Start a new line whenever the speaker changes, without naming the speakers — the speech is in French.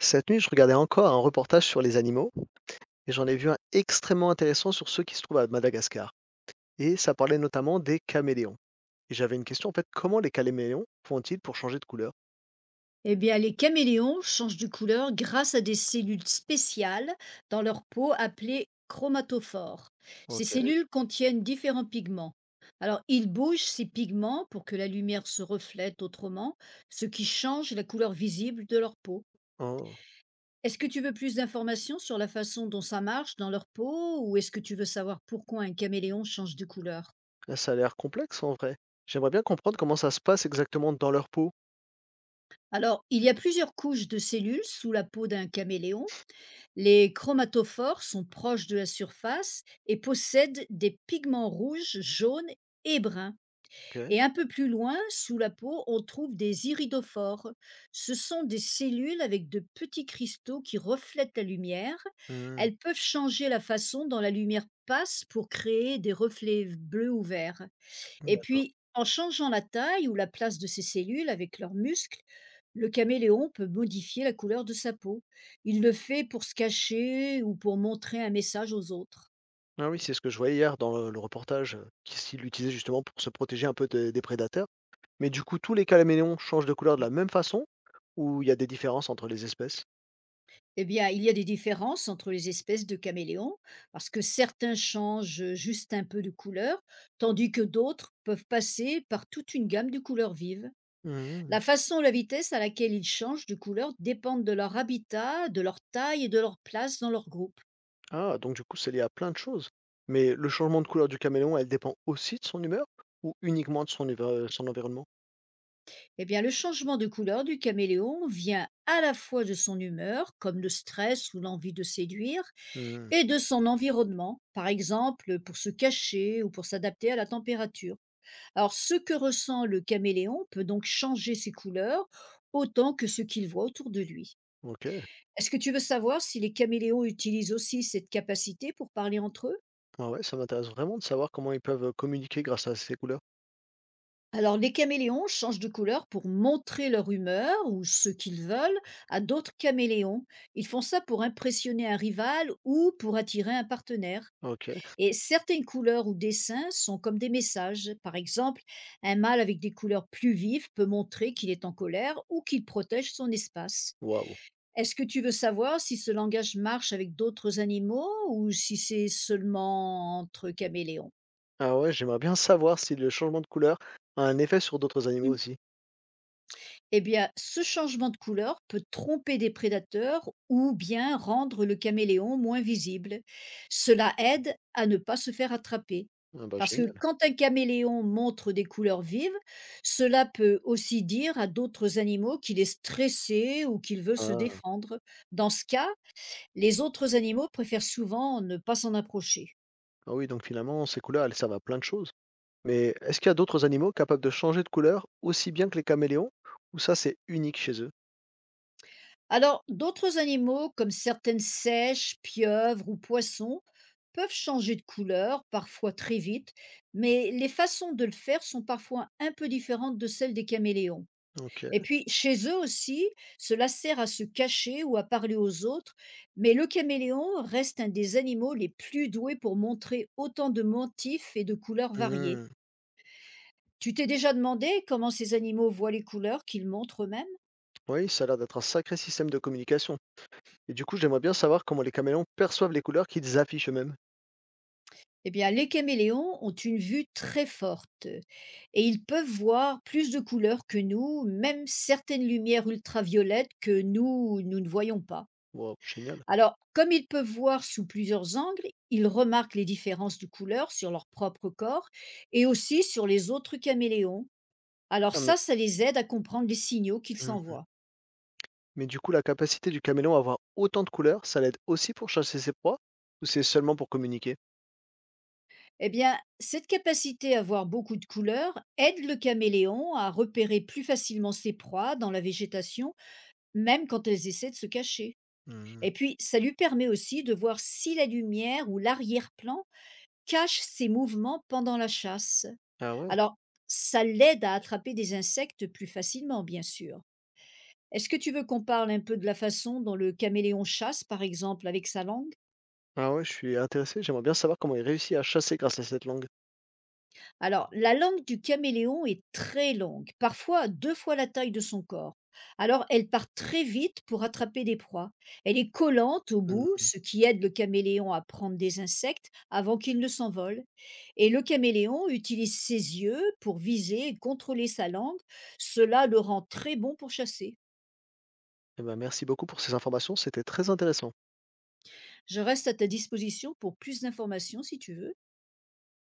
Cette nuit, je regardais encore un reportage sur les animaux et j'en ai vu un extrêmement intéressant sur ceux qui se trouvent à Madagascar. Et ça parlait notamment des caméléons. Et j'avais une question en fait, comment les caméléons font-ils pour changer de couleur?
Eh bien, les caméléons changent de couleur grâce à des cellules spéciales dans leur peau appelées chromatophores. Ces
Ok.
cellules contiennent différents pigments. Alors, ils bougent ces pigments pour que la lumière se reflète autrement, ce qui change la couleur visible de leur peau.
Oh,
Est-ce que tu veux plus d'informations sur la façon dont ça marche dans leur peau ou est-ce que tu veux savoir pourquoi un caméléon change de couleur?
là, ça a l'air complexe en vrai. J'aimerais bien comprendre comment ça se passe exactement dans leur peau.
Alors, il y a plusieurs couches de cellules sous la peau d'un caméléon. Les chromatophores sont proches de la surface et possèdent des pigments rouges, jaunes et bruns.
Ok.
Et un peu plus loin, sous la peau, on trouve des iridophores. Ce sont des cellules avec de petits cristaux qui reflètent la lumière.
Hmm.
Elles peuvent changer la façon dont la lumière passe pour créer des reflets bleus ou verts. Et
D'accord.
puis, en changeant la taille ou la place de ses cellules avec leurs muscles, le caméléon peut modifier la couleur de sa peau. Il le fait pour se cacher ou pour montrer un message aux autres.
Ah oui, c'est ce que je voyais hier dans le reportage, qui s'il l'utilisait justement pour se protéger un peu des prédateurs. Mais du coup, tous les caméléons changent de couleur de la même façon ou il y a des différences entre les espèces?
Eh bien, il y a des différences entre les espèces de caméléons, parce que certains changent juste un peu de couleur, tandis que d'autres peuvent passer par toute une gamme de couleurs vives.
Hmm.
La façon ou la vitesse à laquelle ils changent de couleur dépendent de leur habitat, de leur taille et de leur place dans leur groupe.
Ah, donc du coup, c'est lié à plein de choses. Mais le changement de couleur du caméléon, elle dépend aussi de son humeur ou uniquement de son, son environnement?
Eh bien, le changement de couleur du caméléon vient à la fois de son humeur, comme le stress ou l'envie de séduire,
Hmm.
et de son environnement, par exemple pour se cacher ou pour s'adapter à la température. Alors, ce que ressent le caméléon peut donc changer ses couleurs autant que ce qu'il voit autour de lui.
Ok.
Est-ce que tu veux savoir si les caméléons utilisent aussi cette capacité pour parler entre eux?
Ah ouais, ça m'intéresse vraiment de savoir comment ils peuvent communiquer grâce à ces couleurs.
Alors, les caméléons changent de couleur pour montrer leur humeur ou ce qu'ils veulent à d'autres caméléons. Ils font ça pour impressionner un rival ou pour attirer un partenaire.
Ok.
Et certaines couleurs ou dessins sont comme des messages. Par exemple, un mâle avec des couleurs plus vives peut montrer qu'il est en colère ou qu'il protège son espace.
Waouh.
Est-ce que tu veux savoir si ce langage marche avec d'autres animaux ou si c'est seulement entre caméléons?
Ah ouais, j'aimerais bien savoir si le changement de couleur a un effet sur d'autres animaux aussi.
Eh bien, ce changement de couleur peut tromper des prédateurs ou bien rendre le caméléon moins visible. Cela aide à ne pas se faire attraper.
Ah bah
Parce que
génial.
quand un caméléon montre des couleurs vives, cela peut aussi dire à d'autres animaux qu'il est stressé ou qu'il veut se
Ah,
défendre. Dans ce cas, les autres animaux préfèrent souvent ne pas s'en approcher.
ah oui, donc finalement, ces couleurs, elles servent à plein de choses. Mais est-ce qu'il y a d'autres animaux capables de changer de couleur aussi bien que les caméléons? Ou ça, c'est unique chez eux?
Alors, d'autres animaux, comme certaines seiches, pieuvres ou poissons, peuvent changer de couleur, parfois très vite, mais les façons de le faire sont parfois un peu différentes de celles des caméléons.
Ok.
Et puis, chez eux aussi, cela sert à se cacher ou à parler aux autres, mais le caméléon reste un des animaux les plus doués pour montrer autant de motifs et de couleurs variées.
Hmm.
Tu t'es déjà demandé comment ces animaux voient les couleurs qu'ils montrent eux-mêmes?
Oui, ça a l'air d'être un sacré système de communication. Et du coup, j'aimerais bien savoir comment les caméléons perçoivent les couleurs qu'ils affichent eux-mêmes.
Eh bien, les caméléons ont une vue très forte et ils peuvent voir plus de couleurs que nous, même certaines lumières ultraviolettes que nous, nous ne voyons pas.
Wow, génial.
Alors, comme ils peuvent voir sous plusieurs angles, ils remarquent les différences de couleurs sur leur propre corps et aussi sur les autres caméléons. Alors
Ah, mais...
ça les aide à comprendre les signaux qu'ils
Hmm.
s'envoient.
Mais du coup, la capacité du caméléon à avoir autant de couleurs, ça l'aide aussi pour chasser ses proies ou c'est seulement pour communiquer?
Eh bien, cette capacité à voir beaucoup de couleurs aide le caméléon à repérer plus facilement ses proies dans la végétation, même quand elles essaient de se cacher.
Hmm.
Et puis, ça lui permet aussi de voir si la lumière ou l'arrière-plan cache ses mouvements pendant la chasse.
Ah ouais.
Alors, ça l'aide à attraper des insectes plus facilement, bien sûr. Est-ce que tu veux qu'on parle un peu de la façon dont le caméléon chasse, par exemple, avec sa langue?
Ah ouais, je suis intéressé. J'aimerais bien savoir comment il réussit à chasser grâce à cette langue.
Alors, la langue du caméléon est très longue, parfois deux fois la taille de son corps. Alors, elle part très vite pour attraper des proies. Elle est collante au bout,
Hmm.
ce qui aide le caméléon à prendre des insectes avant qu'il ne s'envole. Et le caméléon utilise ses yeux pour viser et contrôler sa langue. Cela le rend très bon pour chasser.
Eh ben, merci beaucoup pour ces informations. C'était très intéressant.
Je reste à ta disposition pour plus d'informations si tu veux.